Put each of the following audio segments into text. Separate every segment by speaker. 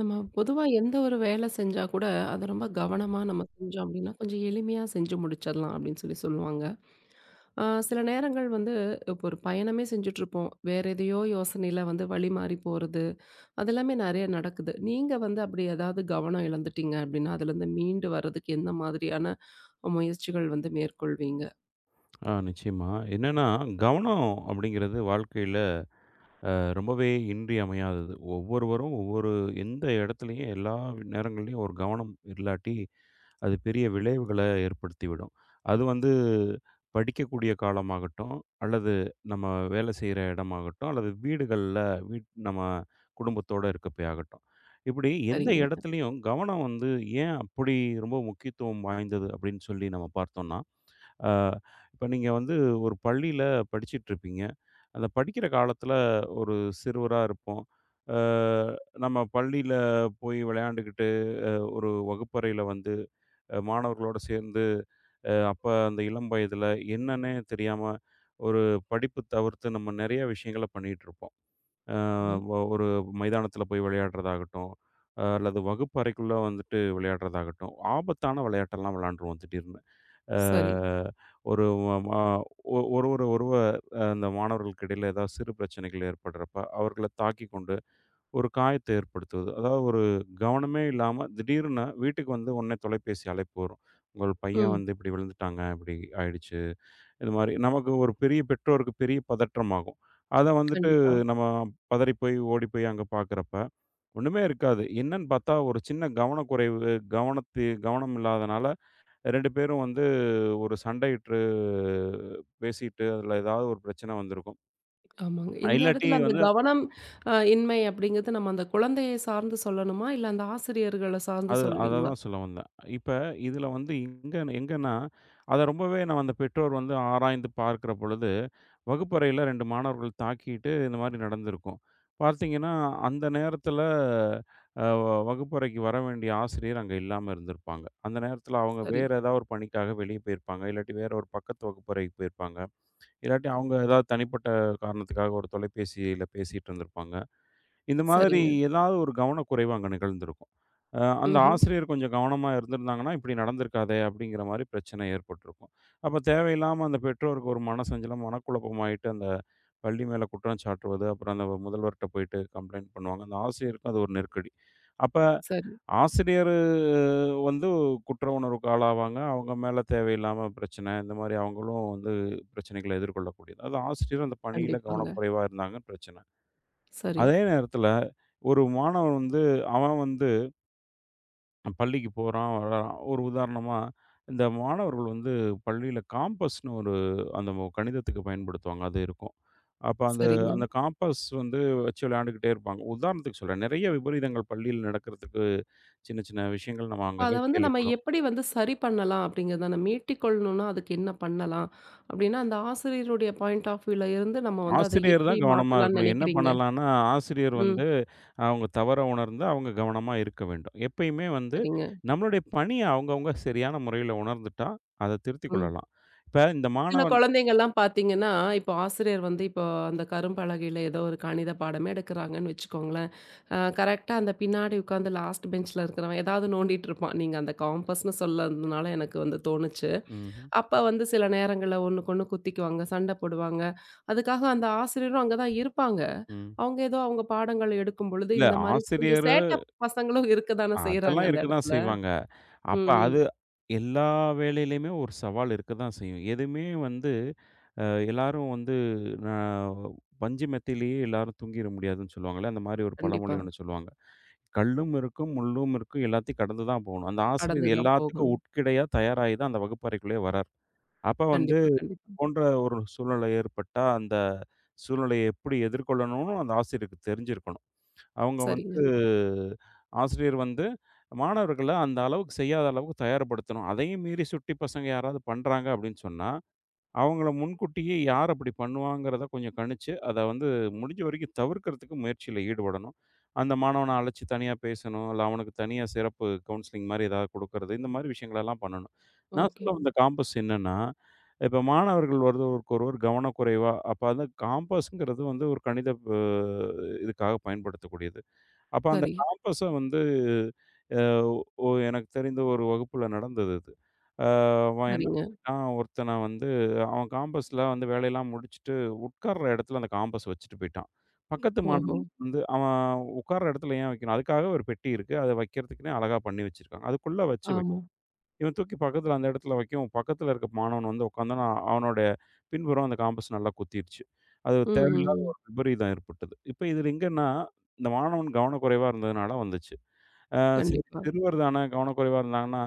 Speaker 1: நம்ம பொதுவா எந்த ஒரு வேலை செஞ்சா கூட, அத ரொம்ப கவனமா நம்ம செஞ்சோம் அப்டின்னா, கொஞ்சம் எளிமையா செஞ்சு முடிச்சிடலாம் அப்டின்னு சொல்லி சொல்லுவாங்க. சில நேரங்கள் வந்து இப்போ ஒரு பயணமே செஞ்சுட்ருப்போம். வேற எதையோ யோசனையில வந்து வழி மாறி போறது, அதெல்லாமே நெறைய நடக்குது. நீங்க வந்து அப்டி ஏதாவது கவனம் இழந்துட்டீங்க அப்டின்னா, அதுலருந்து மீண்டு வர்றதுக்கு எந்த மாதிரியான முயற்சிகள் வந்து மேற்கொள்வீங்க?
Speaker 2: ஆ நிச்சயமா. என்னன்னா, கவனம் அப்படிங்கிறது வாழ்க்கையில ரொம்பவே இன்றியமையாதது. ஒவ்வொருவரும் ஒவ்வொரு எந்த இடத்துலயும் எல்லா நேரங்கள்லயும் ஒரு கவனம் இல்லாட்டி, அது பெரிய விளைவுகள ஏற்படுத்திவிடும். அது வந்து படிக்கக்கூடிய காலமாகட்டும், அல்லது நம்ம வேலை செய்ற இடமாகட்டும், அல்லது வீடுகள்ல நம்ம குடும்பத்தோட இருக்கப்பயாகட்டும். இப்படி எந்த
Speaker 1: சரிங்க.
Speaker 2: இடத்துலயும் கவனம் வந்து ஏன் அப்படி ரொம்ப முக்கியத்துவம் வாய்ந்தது அப்படின்னு சொல்லி நம்ம பார்த்தோம்னா, இப்போ நீங்கள் வந்து ஒரு பள்ளியில் படிச்சிட்டு இருப்பீங்க. அந்த படிக்கிற காலத்துல ஒரு சிறுவரா இருப்போம். அ நம்ம பள்ளியில போய் விளையாண்டுக்கிட்டு ஒரு வகுப்பறையில வந்து மாணவர்களோட சேர்ந்து அப்ப அந்த இளம் வயதில என்னன்னே தெரியாம ஒரு படிப்பு தவிர்த்து நம்ம நிறைய விஷயங்கள பண்ணிட்டு இருப்போம். அ
Speaker 1: ஆமா.
Speaker 2: ஒரு மைதானத்துல போய் விளையாடுறதாகட்டும், அல்லது வகுப்பறைக்குள்ள வந்துட்டு விளையாடுறதாகட்டும், ஆபத்தான விளையாட்டெல்லாம் விளையாண்டுருவோம் திடீர்னு. அ
Speaker 1: சரி.
Speaker 2: ஒரு மா ஒ ஒரு ஒரு ஒருவ அந்த மாணவர்களுக்கு இடையில ஏதாவது சிறு பிரச்சனைகள் ஏற்படுறப்ப, அவர்கள தாக்கிக் கொண்டு ஒரு காயத்தை ஏற்படுத்துவது. அதாவது ஒரு கவனமே இல்லாம திடீர்னு வீட்டுக்கு வந்து உடனே தொலைபேசி அழைப்பு வரும். உங்கள் பையன்
Speaker 1: ம்.
Speaker 2: வந்து இப்படி விழுந்துட்டாங்க, இப்படி ஆயிடுச்சு. இது மாரி நமக்கு ஒரு பெரிய பெற்றோருக்கு பெரிய பதற்றமாகும். அத வந்துட்டு
Speaker 1: கண்டிப்பா.
Speaker 2: நம்ம பதறி போய் ஓடி போய் அங்க பார்க்குறப்ப, ஒண்ணுமே இருக்காது. என்னன்னு பார்த்தா ஒரு சின்ன கவனக்குறைவு, கவனம் இல்லாதனால 2 பேரும் வந்து ஒரு சண்டையிட்டு பேசிட்டு, அதில ஏதாவது ஒரு பிரச்சனை வந்திருக்கும்.
Speaker 1: ஆமாங்க. இந்த
Speaker 2: இல்லாட்டி
Speaker 1: இடத்துல அந்த
Speaker 2: வந்து
Speaker 1: கவனம் இன்மை அப்படிங்கிறது நம்ம அந்த குழந்தையை சார்ந்து சொல்லணுமா? இல்ல அந்த ஆசிரியர்கள சார்ந்து
Speaker 2: அத
Speaker 1: சொல்லுவீங்களா?
Speaker 2: தான் சொல்ல வந்தேன். இப்ப இதில வந்து எங்கன்னா, அத ரொம்பவே நான் அந்த பெற்றோர் வந்து ஆராய்ந்து பார்க்கிற பொழுது, வகுப்பறையில 2 மாணவர்கள் தாக்கிட்டு இந்த மாரி நடந்திருக்கும். பார்த்தீங்கன்னா, அந்த நேரத்தில அ வகுப்பறைக்கு வர வேண்டிய ஆசிரியர் அங்க இல்லாம இருந்திருப்பாங்க. அந்த நேரத்தில அவங்க
Speaker 1: சரி,
Speaker 2: வேற ஏதாவது ஒரு பணிக்காக வெளிய போயிருப்பாங்க. இல்லாட்டி வேற ஒரு பக்கத்து வகுப்பறைக்கு போயிருப்பாங்க. இல்லாட்டி அவங்க ஏதாவது தனிப்பட்ட காரணத்துக்காக ஒரு தொலைபேசியில பேசிட்டு இருந்திருப்பாங்க. இந்த மாதிரி
Speaker 1: சரிங்க.
Speaker 2: ஏதாவது ஒரு கவனக்குறைவு அங்க நிகழ்ந்திருக்கும். அந்த
Speaker 1: ம்ஹ்ம்.
Speaker 2: ஆசிரியர் கொஞ்சம் கவனமா இருந்திருந்தாங்கன்னா, இப்படி நடந்திருக்காதே! அப்படிங்கிற மாரி பிரச்சனை ஏற்பட்டிருக்கும். அப்ப தேவையில்லாம அந்த பெற்றோருக்கு ஒரு மனசஞ்சலம், மனக்குழப்பமாயிட்டு அந்த பள்ளி மேல குற்றம் சாட்டுவது, அப்புறம் அந்த முதல்வர்ட்ட போயிட்டு கம்ப்ளைண்ட் பண்ணுவாங்க. அந்த ஆசிரியருக்கும் அது ஒரு நெருக்கடி. அப்ப
Speaker 1: சரி.
Speaker 2: ஆசிரியரு வந்து குற்ற உணர்வுக்கு ஆளாவாங்க. அவங்க மேல தேவையில்லாம பிரச்சனை, இந்த மாரி அவங்களும் வந்து பிரச்சனைகள எதிர்கொள்ளக்கூடியது. அது ஆசிரியர் அந்த பணியில
Speaker 1: கண்டிப்பாங்க.
Speaker 2: கவனக்குறைவா இருந்தாங்கன்னு பிரச்சனை.
Speaker 1: சரி,
Speaker 2: அதே நேரத்தில ஒரு மாணவன் வந்து அவன் வந்து பள்ளிக்கு போறான், வர்றான். ஒரு உதாரணமா, இந்த மாணவர்கள் வந்து பள்ளியில காம்பஸ்ன்னு ஒரு அந்த கணிதத்துக்கு பயன்படுத்துவாங்க. அது இருக்கும். அப்ப அந்த
Speaker 1: சரிங்க.
Speaker 2: அந்த காம்பஸ் வந்து வச்சு விளையாண்டுக்கிட்டே இருப்பாங்க. உதாரணத்துக்கு சொல்றேன். நெறைய விபரீதங்கள் பள்ளியில் நடக்கிறதுக்கு சின்ன சின்ன விஷயங்கள் நம்ம
Speaker 1: இப்ப அத
Speaker 2: அங்கங்க
Speaker 1: வந்து நம்ம
Speaker 2: கேள்விப்படும்.
Speaker 1: எப்படி வந்து சரி பண்ணலாம் அப்படிங்கிறத நம்ம மீட்டிக்கொள்ளணும்னா அதுக்கு என்ன பண்ணலாம்? அப்படின்னா அந்த ஆசிரியருடைய பாயிண்ட் ஆஃப் வியூல இருந்து நம்ம வந்து அத
Speaker 2: ஆசிரியர்
Speaker 1: எப்படி
Speaker 2: தான் கவனமா
Speaker 1: மாத்தலாம்னு
Speaker 2: இருக்கணும். என்ன
Speaker 1: நெனைக்கிறீங்க?
Speaker 2: பண்ணலான்னா, ஆசிரியர்
Speaker 1: ம்.
Speaker 2: வந்து அவங்க தவற உணர்ந்து, அவங்க கவனமா இருக்க வேண்டும். எப்பயுமே வந்து
Speaker 1: சரிங்க.
Speaker 2: நம்மளுடைய பணிய அவங்கவங்க சரியான முறையில உணர்ந்துட்டா, அத திருத்திக்
Speaker 1: ம்.
Speaker 2: கொள்ளலாம். இப்ப இந்த
Speaker 1: சில
Speaker 2: மாணவன்
Speaker 1: குழந்தைங்கலாம் பார்த்தீங்கன்னா, இப்போ ஆசிரியர் வந்து இப்போ அந்த கரும்பலகையில ஏதோ ஒரு கணித பாடமே எடுக்கிறாங்கன்னு வச்சுக்கோங்களேன். கரெக்ட்டா அந்த பின்னாடி உட்காந்து லாஸ்ட் பெஞ்ச்ல இருக்கிறவன் ஏதாவது நோண்டிட்டு இருப்பான். நீங்க அந்த காம்பஸ்ன்னு சொல்லாததுனால எனக்கு வந்து தோணுச்சு.
Speaker 2: ம்ஹ்ம்.
Speaker 1: அப்ப வந்து சில நேரங்கள்ல ஒண்ணுக்கொண்ணு குத்திக்குவாங்க, சண்டை போடுவாங்க. அதுக்காக அந்த ஆசிரியரும் அங்க தான் இருப்பாங்க.
Speaker 2: ம்.
Speaker 1: அவங்க ஏதோ அவங்க பாடங்கள் எடுக்கும் பொழுது
Speaker 2: இல்ல
Speaker 1: இந்த மாரி கொஞ்சம்
Speaker 2: ஆசிரியரு
Speaker 1: சேட்ட பசங்களும் இருக்க தானே செய்றாங்க
Speaker 2: அதெல்லாம்
Speaker 1: அந்த
Speaker 2: இருக்க தான்
Speaker 1: இடத்துல.
Speaker 2: செய்வாங்க. அப்ப
Speaker 1: ம்ஹ்ம்.
Speaker 2: அது எல்லா வேலையிலயுமே ஒரு சவால் இருக்க தான் செய்யும். எதுவுமே வந்து அ எல்லாரும் வந்து நான் "பஞ்சு மெத்தையிலேயே எல்லாரும் தூங்கிற முடியாதுன்னு" சொல்லுவாங்கல்ல. அந்த மாரி ஒரு பழமொழி
Speaker 1: கண்டிப்பா.
Speaker 2: ஒண்ணு சொல்லுவாங்க. கல்லும் இருக்கும், முள்ளும் இருக்கும். எல்லாத்தையும் கடந்து தான் போணும். அந்த ஆசிரியர்
Speaker 1: கடந்து தான்
Speaker 2: எல்லாத்துக்கும்
Speaker 1: போகணும்.
Speaker 2: உட்கிடையா தயாராகி தான் அந்த வகுப்பறைக்குள்ளேயே வரார். அப்ப வந்து
Speaker 1: கண்டிப்பா, கண்டிப்பா.
Speaker 2: போன்ற ஒரு சூழ்நிலை ஏற்பட்டா, அந்த சூழ்நிலையை எப்படி எதிர்கொள்ளணும்னு அந்த ஆசிரியருக்கு தெரிஞ்சிருக்கணும். அவங்க வந்து
Speaker 1: சரிங்க.
Speaker 2: ஆசிரியர் வந்து மாணவர்கள அந்த அளவுக்கு செய்யாத அளவுக்கு தயார்படுத்தணும். அதையும் மீறி சுட்டி பசங்க யாராவது பண்றாங்க அப்படின்னு சொன்னா அவங்கள முன்கூட்டியே யார் அப்படி பண்ணுவாங்கிறத கொஞ்சம் கணிச்சு, அத வந்து முடிஞ்ச வரைக்கும் தவிர்க்கிறதுக்கு முயற்சியில ஈடுபடணும். அந்த மாணவன அழைச்சு தனியா பேசணும். இல்ல அவனுக்கு தனியா சிறப்பு கவுன்சிலிங் மாரி ஏதாவது குடுக்கறது. இந்த மாரி விஷயங்களெல்லாம் பண்ணணும். நான் சொல்ல
Speaker 1: ஓகேங்க.
Speaker 2: வந்த காம்பஸ் என்னன்னா, இப்ப மாணவர்கள் ஒருவருக்கு ஒருவர் கவனக்குறைவா அப்ப அந்த காம்பஸ்ங்கிறது வந்து ஒரு கணித அ இதுக்காக பயன்படுத்தக்கூடியது. அப்ப அந்த
Speaker 1: சரி,
Speaker 2: காம்பஸ வந்து அ ஒ எனக்கு தெரிந்த ஒரு வகுப்புல நடந்தது அது. அ அவன் என்ன
Speaker 1: சரிங்க.
Speaker 2: பண்ணிட்டான், ஒருத்தன வந்து அவன் காம்பஸ்ல வந்து வேலையெல்லாம் முடிச்சுட்டு, உட்கார்ற இடத்துல அந்த காம்பஸ் வச்சுட்டு போயிட்டான். பக்கத்து
Speaker 1: ஓஹோ!
Speaker 2: மாணவன் வந்து அவன் உட்கார்ற இடத்துல ஏன் வைக்கணும்? அதுக்காக ஒரு பெட்டி இருக்கு. அத வைக்கிறதுக்குன்னே அழகா பண்ணி வச்சிருக்காங்க. அதுக்குள்ள வச்சு வை.
Speaker 1: ஆமா.
Speaker 2: இவன் தூக்கி பக்கத்துல அந்த இடத்துல வைக்கவும், பக்கத்துல இருக்க மாணவன் வந்து உட்கார்ந்தானா, அவனோட பின்புறம் அந்த காம்பஸ் நல்லா குத்திருச்சு. அது
Speaker 1: ம், ம்,
Speaker 2: தேவையில்லாத
Speaker 1: ம்.
Speaker 2: ஒரு விபரீதம் ஏற்பட்டது. இப்ப இதுல எங்கன்னா, இந்த மாணவன் கவனக்குறைவா இருந்ததுனால வந்துச்சு. அ
Speaker 1: கண்டிப்பா.
Speaker 2: சிறுவர் தானே கவனக்குறைவா இருந்தாங்கன்னா,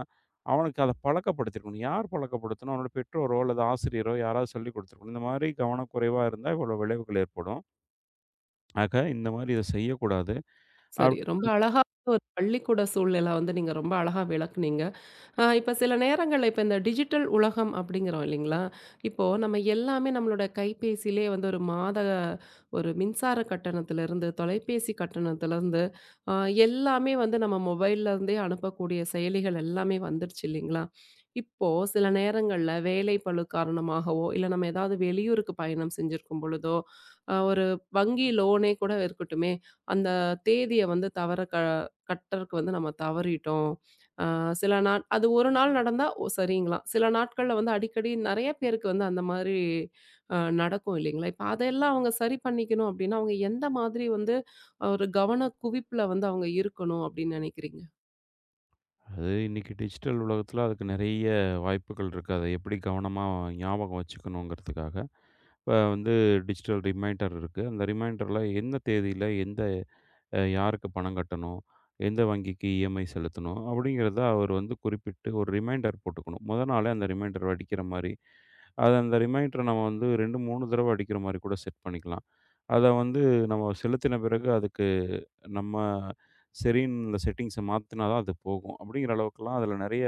Speaker 2: அவனுக்கு அத பழக்கப்படுத்திருக்கணும். யார் பழக்கப்படுத்தணும்? அவனோட பெற்றோரோ அல்லது ஆசிரியரோ யாராவது சொல்லிக் குடுத்துருக்கணும். இந்த மாதிரி கவனக்குறைவா இருந்தா இவ்வளோ விளைவுகள் ஏற்படும். ஆக இந்த மாதிரி இத செய்யக்கூடாது. அப்
Speaker 1: சரி. ரொம்ப அழகா ஒரு பள்ளிக்கூட சூழ்நிலை வந்து நீங்க ரொம்ப அழகா விளக்குனீங்க. இப்ப சில நேரங்கள்ல இப்ப இந்த டிஜிட்டல் உலகம் அப்படிங்கிறோம் இல்லைங்களா? இப்போ நம்ம எல்லாமே நம்மளோட கைபேசியிலே வந்து ஒரு மின்சார கட்டணத்திலிருந்து, தொலைபேசி கட்டணத்திலிருந்து ஆ எல்லாமே வந்து நம்ம மொபைல்ல இருந்தே அனுப்பக்கூடிய செயலிகள் எல்லாமே வந்துருச்சு இல்லைங்களா? இப்போ சில நேரங்கள்ல வேலை பளு காரணமாகவோ, இல்ல நம்ம ஏதாவது வெளியூருக்கு பயணம் செஞ்சிருக்கும் பொழுதோ, ஒரு வங்கி லோனே கூட இருக்கட்டுமே, அந்த தேதிய வந்து தவற க கட்டுறக்கு வந்து நம்ம தவறிட்டோம். ஆ சில நாள் அது ஒரு நாள் நடந்தா ஓ சரிங்களாம். சில நாட்கள்ல வந்து அடிக்கடி நெறைய பேருக்கு வந்து அந்த மாதிரி அ நடக்கும் இல்லைங்களா? இப்ப அதெல்லாம் அவங்க சரி பண்ணிக்கணும் அப்டின்னா, அவங்க எந்த மாதிரி வந்து ஒரு கவன குவிப்புல வந்து அவங்க இருக்கணும் அப்டின்னு நெனைக்கிறீங்க?
Speaker 2: அது இன்னைக்கு டிஜிட்டல் உலகத்துல அதுக்கு நெறைய வாய்ப்புகள் இருக்கு. அத எப்படி கவனமா ஞாபகம் வச்சுக்கணுங்கிறதுக்காக. இப்ப வந்து டிஜிட்டல் ரிமைண்டர் இருக்கு. அந்த ரிமைண்டர்ல எந்த தேதியில எந்த யாருக்கு பணம் கட்டணும்? எந்த வங்கிக்கு இஎம்ஐ செலுத்தணும்? அப்படிங்கிறத அவர் வந்து குறிப்பிட்டு ஒரு ரிமைண்டர் போட்டுக்கணும். மொத நாளே அந்த ரிமைண்டர் அடிக்கிற மாரி. அது அந்த ரிமைண்டர நம்ம வந்து 2, 3 தடவ அடிக்கிற மாரி கூட செட் பண்ணிக்கலாம். அத வந்து நம்ம செலுத்தின பிறகு அதுக்கு நம்ம சரின்னு இந்த செட்டிங்ஸ மாத்துனா தான் அது போகும். அப்படிங்கிற அளவுக்குலாம் அதில நெறைய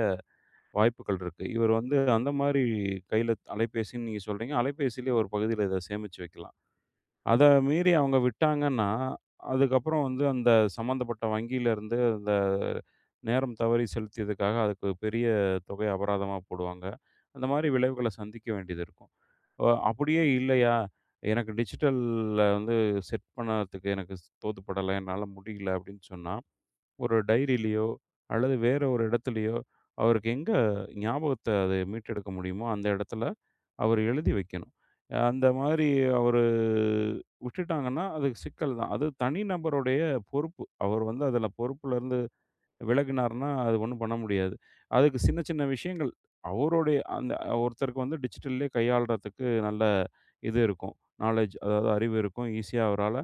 Speaker 2: வாய்ப்புகள் இருக்கு. இவர் வந்து அந்த மாரி கையில அலைபேசின்னு நீங்க சொல்றீங்க. அலைபேசியிலே ஒரு பகுதியில இத சேமிச்சு வைக்கலாம். அத மீறி அவங்க விட்டாங்கன்னா, அதுக்கப்புறம் வந்து அந்த சம்மந்தப்பட்ட வங்கியிலருந்து அந்த நேரம் தவறி செலுத்தியதுக்காக அதுக்கு பெரிய தொகை அபராதமா போடுவாங்க. அந்த மாரி விளைவுகள சந்திக்க வேண்டியது இருக்கும். அப்படியே இல்லையா, எனக்கு டிஜிட்டல்ல வந்து செட் பண்ணதுக்கு எனக்கு தோதுப்படல, என்னால முடியல அப்படின்னு சொன்னா, ஒரு டைரியிலயோ அல்லது வேற ஒரு இடத்துலயோ அவருக்கு எங்க ஞாபகத்த அத மீட்டெடுக்க முடியுமோ அந்த இடத்துல அவரு எழுதி வைக்கணும். அந்த மாதிரி அவரு விட்டுட்டாங்கன்னா, அது சிக்கல் தான். அது தனிநபருடைய பொறுப்பு. அவர் வந்து அதில பொறுப்புலருந்து விலகுனாருன்னா, அது ஒண்ணும் பண்ண முடியாது. அதுக்கு சின்ன, சின்ன விஷயங்கள் அவருடைய அந்த ஒருத்தருக்கு வந்து டிஜிட்டல்லயே கையாள்றதுக்கு நல்ல இது இருக்கும். நாலேட்ஜ் அதாவது அறிவு இருக்கும். ஈஸியா அவரால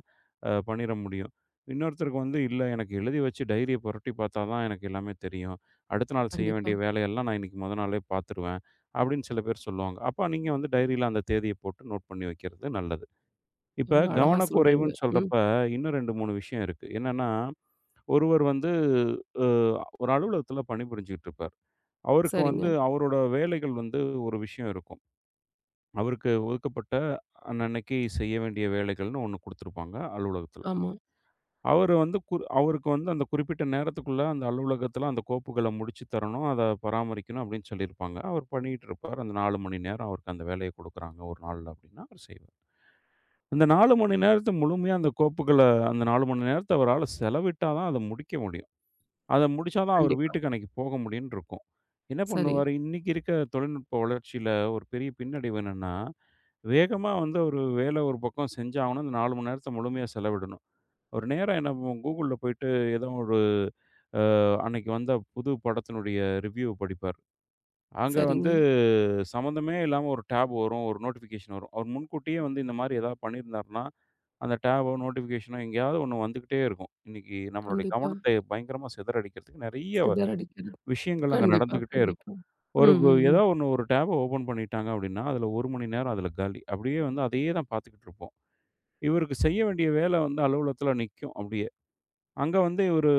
Speaker 2: பண்ணிற முடியும். இன்னொருத்தருக்கு வந்து இல்ல எனக்கு எழுதி வச்சு டைரிய புரட்டி பார்த்தா தான் எனக்கு எல்லாமே தெரியும். அடுத்த நாள் செய்ய
Speaker 1: கண்டிப்பா.
Speaker 2: வேண்டிய வேலையெல்லாம் நான் இன்னைக்கு மொத நாளே பார்த்துருவேன். அப்படின்னு சில பேர் சொல்லுவாங்க. அப்ப நீங்க வந்து டைரியில அந்த தேதிய போட்டு நோட் பண்ணி வைக்கிறது நல்லது. இப்ப
Speaker 1: ரொம்ப அழகா சொல்றீங்க.
Speaker 2: கவனக்குறைவுன்னு
Speaker 1: ம்.
Speaker 2: சொல்றப்ப, இன்னும் 2, 3 விஷயம் இருக்கு. என்னன்னா ஒருவர் வந்து அ ஒரு அலுவலகத்தில பணிபுரிஞ்சுகிட்டு இருப்பார். அவருக்கு வந்து
Speaker 1: சரிங்க.
Speaker 2: அவரோட வேலைகள் வந்து ஒரு விஷயம் இருக்கும். அவருக்கு ஒதுக்கப்பட்ட அன்னன்னைக்கு செய்ய வேண்டிய வேலைகள்னு ஒண்ணு குடுத்துருப்பாங்க அலுவலகத்தில.
Speaker 1: ஆமா.
Speaker 2: அவருக்கு வந்து அந்த குறிப்பிட்ட நேரத்துக்குள்ள அந்த அலுவலகத்தில அந்த கோப்புகள முடிச்சு தரணும், அத பராமரிக்கணும் அப்படின்னு சொல்லியிருப்பாங்க. அவர் பண்ணிட்டு இருப்பார். அந்த 4 மணி நேரம் அவருக்கு அந்த வேலைய குடுக்குறாங்க ஒரு நாள்ல அப்படின்னா, அவர் செய்வார். அந்த 4 மணி நேரத்த முழுமையா அந்த கோப்புகள அந்த 4 மணி நேரத்த அவரால செலவிட்டா தான் அத முடிக்க முடியும். அத முடிச்சா தான் அவர்
Speaker 1: கண்டிப்பா.
Speaker 2: வீட்டுக்கு அன்னைக்கு போக முடியும்ன்னு இருக்கும். என்ன
Speaker 1: சரி.
Speaker 2: பண்ணுவாரு, இன்னைக்கு இருக்க தொழில்நுட்ப வளர்ச்சியில ஒரு பெரிய பின்னடைவு என்னன்னா, வேகமா வந்து ஒரு வேலை ஒரு பக்கம் செஞ்சாகணும். அந்த 4 மணி நேரத்த முழுமையா செலவிடணும். ஒரு நேரம் என்ன பண்ணுவோம், Googleல போயிட்டு ஏதோ ஒரு அன்னைக்கு வந்த புது படத்தினுடைய ரிவ்யூ படிப்பார். அங்க
Speaker 1: சரிங்க.
Speaker 2: வந்து சம்மந்தமே இல்லாம ஒரு டேப் வரும், ஒரு நோட்டிஃபிகேஷன் வரும். அவர் முன்கூட்டியே வந்து இந்த மாரி ஏதாவது பண்ணியிருந்தாருன்னா, அந்த டேபோ, நோட்டிஃபிகேஷனோ எங்கேயாவது ஒண்ணு வந்துகிட்டே இருக்கும். இன்னைக்கு நம்மளுடைய
Speaker 1: கண்டிப்பா.
Speaker 2: கவனத்தை பயங்கரமா சிதறடிக்கிறதுக்கு நெறைய
Speaker 1: சிதறடிக்கிறது.
Speaker 2: விஷயங்கள் அங்க
Speaker 1: கண்டிப்பா,
Speaker 2: நடந்துகிட்டே இருக்கும்.
Speaker 1: கண்டிப்பா.
Speaker 2: ஒரு
Speaker 1: ம்,
Speaker 2: கு
Speaker 1: ம், ம்.
Speaker 2: ஏதோ ஒண்ணு ஒரு டேப்ப ஓப்பன் பண்ணிட்டாங்க அப்டின்னா, அதுல 1 மணி நேரம் அதுல காலி. அப்படியே வந்து அதையே தான் பார்த்துக்கிட்டு இருப்போம். இவருக்கு செய்ய வேண்டிய வேலை வந்து அலுவலகத்துல நிக்கும் அப்படியே. அங்க வந்து இவரு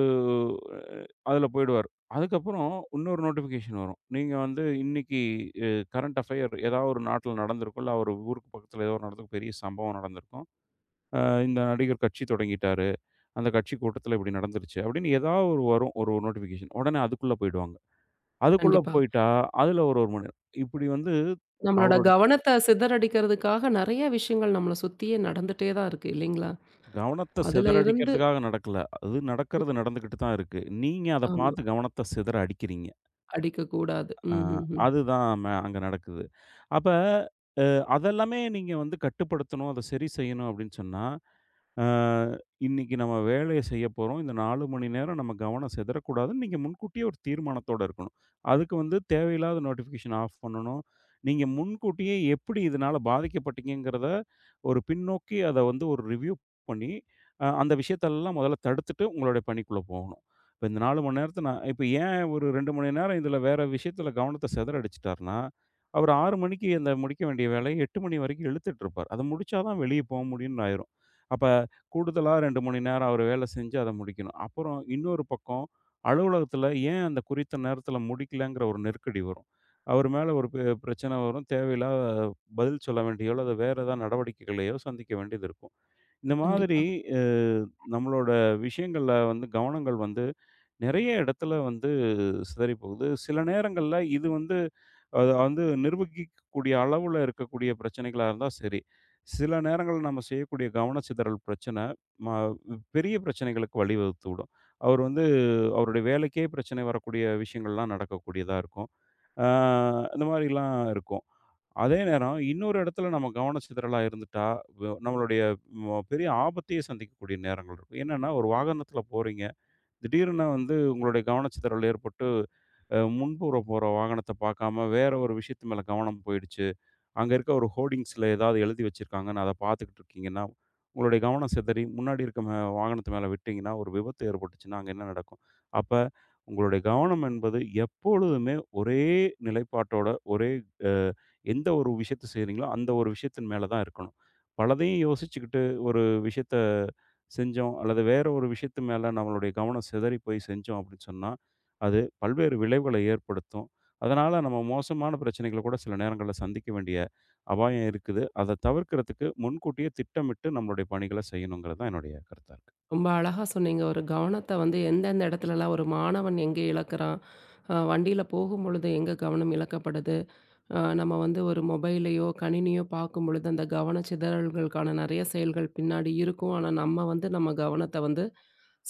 Speaker 2: அதுல போயிடுவாரு. அதுக்கப்புறம் இன்னொரு நோட்டிஃபிகேஷன் வரும். நீங்க வந்து இன்னைக்கு அ கரண்ட் அஃபயர் ஏதாவது ஒரு நாட்டுல நடந்திருக்கும். இல்ல அவரு ஊருக்கு பக்கத்துல ஏதோ ஒரு நடந்திருக்கும். பெரிய சம்பவம் நடந்திருக்கும். அ இந்த நடிகர் கட்சி தொடங்கிட்டாரு. அந்த கட்சி கூட்டத்துல இப்படி நடந்துருச்சு அப்படின்னு ஏதாவது ஒரு வரும் ஒரு நோட்டிஃபிகேஷன். உடனே அதுக்குள்ள போயிடுவாங்க. அதுக்குள்ள
Speaker 1: கண்டிப்பா.
Speaker 2: போயிட்டா, அதுல ஒரு 1 மணி நேரம். இப்படி வந்து
Speaker 1: நம்மளோட
Speaker 2: அவரோட
Speaker 1: கவனத்த சிதறடிக்கிறதுக்காக நெறைய விஷயங்கள் நம்மள சுத்தியே நடந்துட்டே தான் இருக்கு இல்லைங்களா?
Speaker 2: கவனத்த
Speaker 1: அதுல இருந்து
Speaker 2: சிதறடிக்கிறதுக்காக நடக்கல. அது நடக்கிறது நடந்துகிட்டு தான் இருக்கு. நீங்க அத
Speaker 1: ஆமா.
Speaker 2: பார்த்து கவனத்த சிதற அடிக்கிறீங்க.
Speaker 1: அடிக்கக்கூடாது.
Speaker 2: அ
Speaker 1: ம்ஹ்ஹ்ம்.
Speaker 2: அதுதான் அங்க நடக்குது. அப்ப அ அதெல்லாமே நீங்க வந்து கட்டுப்படுத்தணும், அத சரி செய்யணும் அப்படின்னு சொன்னா, ஆ, இன்னைக்கு நம்ம வேலைய செய்ய போறோம். இந்த 4 மணி நேரம் நம்ம கவனம் சிதறக்கூடாதுன்னு நீங்க முன்கூட்டியே ஒரு தீர்மானத்தோட இருக்கணும். அதுக்கு வந்து தேவையில்லாத நோட்டிஃபிகேஷன் ஆஃப் பண்ணணும். நீங்க முன்கூட்டியே எப்படி இதனால பாதிக்கப்பட்டீங்கங்கிறத ஒரு பின்னோக்கி அத வந்து ஒரு ரிவ்யூ பண்ணி, அந்த விஷயத்தெல்லாம் முதல்ல தடுத்துட்டு உங்களுடைய பணிக்குள்ள போகணும். இப்ப இந்த 4 மணி நேரத்த நான் இப்ப ஏன் ஒரு 2 மணி நேரம் இதுல வேற விஷயத்துல கவனத்த சிதறடிச்சுட்டாருன்னா, அவர் 6 மணிக்கு அந்த முடிக்க வேண்டிய வேலைய 8 மணி வரைக்கும் இழுத்துட்டு இருப்பார். அத முடிச்சா தான் வெளிய போ முடியும்ன்னு ஆயிரும். அப்ப கூடுதலா 2 மணி நேரம் அவரு வேலை செஞ்சு அத முடிக்கணும். அப்புறம் இன்னொரு பக்கம், அலுவலகத்தில ஏன் அந்த குறித்த நேரத்தில முடிக்கலங்கிற ஒரு நெருக்கடி வரும். அவர் மேல ஒரு பிரச்சனை வரும். தேவையில்லாத பதில் சொல்ல வேண்டியோ, அல்லது வேற ஏதாவது நடவடிக்கைகளையோ சந்திக்க வேண்டியது இருக்கும். இந்த மாதிரி
Speaker 1: கண்டிப்பா.
Speaker 2: அ நம்மளோட விஷயங்கள்ல வந்து கவனங்கள் வந்து நெறைய இடத்துல வந்து சிதறி போகுது. சில நேரங்கள்ல இது வந்து அத வந்து நிர்வகிக்கக்கூடிய அளவுல இருக்கக்கூடிய பிரச்சனைகளா இருந்தா சரி. சில நேரங்கள்ல நம்ம செய்யக்கூடிய கவனச்சிதறல் பிரச்சனை, ம பெரிய பிரச்சனைகளுக்கு வழிவகுத்துவிடும். அவர் வந்து அவருடைய வேலைக்கே பிரச்சனை வரக்கூடிய விஷயங்கள்லாம் நடக்கக்கூடியதா இருக்கும். ஆ இந்த மாரிலாம் இருக்கும். அதே நேரம் இன்னொரு இடத்துல நம்ம கவனச்சிதறலா இருந்துட்டா, நம்மளுடைய பெரிய ஆபத்தையே சந்திக்கக்கூடிய நேரங்கள் இருக்கும். என்னன்னா, ஒரு வாகனத்துல போறீங்க. திடீர்னு வந்து உங்களுடைய கவனச்சிதறல் ஏற்பட்டு முன்புற போற வாகனத்த பார்க்காம வேற ஒரு விஷயத்து மேல கவனம் போயிடுச்சு. அங்க இருக்க ஒரு ஹோர்டிங்ஸ்ல ஏதாவது எழுதி வச்சிருக்காங்கன்னு அத பார்த்துக்கிட்டு இருக்கீங்கன்னா, உங்களுடைய கவனம் சிதறி முன்னாடி இருக்க வாகனத்து மேல விட்டீங்கன்னா, ஒரு விபத்து ஏற்பட்டுச்சுன்னா, அங்க என்ன நடக்கும்? அப்ப உங்களுடைய கவனம் என்பது எப்பொழுதுமே ஒரே நிலைப்பாட்டோட, ஒரே அ எந்த ஒரு விஷயத்த செய்றீங்களோ, அந்த ஒரு விஷயத்தின் மேல தான் இருக்கணும். பலதையும் யோசிச்சுக்கிட்டு ஒரு விஷயத்த செஞ்சோம் அல்லது வேற ஒரு விஷயத்து மேல நம்மளுடைய கவனம் சிதறி போய் செஞ்சோம் அப்படின்னு சொன்னா, அது பல்வேறு விளைவுகளை ஏற்படுத்தும். அதனால நம்ம மோசமான பிரச்சனைகள கூட சில நேரங்கள்ல சந்திக்க வேண்டிய அபாயம் இருக்குது. அத தவிர்க்கிறதுக்கு முன்கூட்டியே திட்டமிட்டு நம்மளுடைய பணிகள செய்யணுங்கிறது தான் என்னுடைய கருத்தா இருக்கு.
Speaker 1: ரொம்ப அழகா சொன்னீங்க. ஒரு கவனத்த வந்து எந்தெந்த இடத்துலலாம் ஒரு மாணவன் எங்கே இழக்கிறான்? வண்டியில போகும்பொழுது எங்க கவனம் இழக்கப்படுது? நம்ம வந்து ஒரு மொபைலையோ, கணினியோ பார்க்கும்பொழுது அந்த கவன சிதறல்களுக்கான நெறைய செயல்கள் பின்னாடி இருக்கும். ஆனா, நம்ம வந்து நம்ம கவனத்த வந்து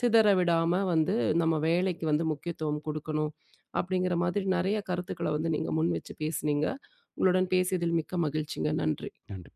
Speaker 1: சிதற விடாம வந்து நம்ம வேலைக்கு வந்து முக்கியத்துவம் குடுக்கணும். அப்படிங்கிற மாதிரி நெறைய கருத்துக்கள வந்து நீங்க முன்வச்சு பேசுனீங்க. உங்களுடன் பேசியதில் மிக்க மகிழ்ச்சிங்க. நன்றி.
Speaker 2: நன்றி.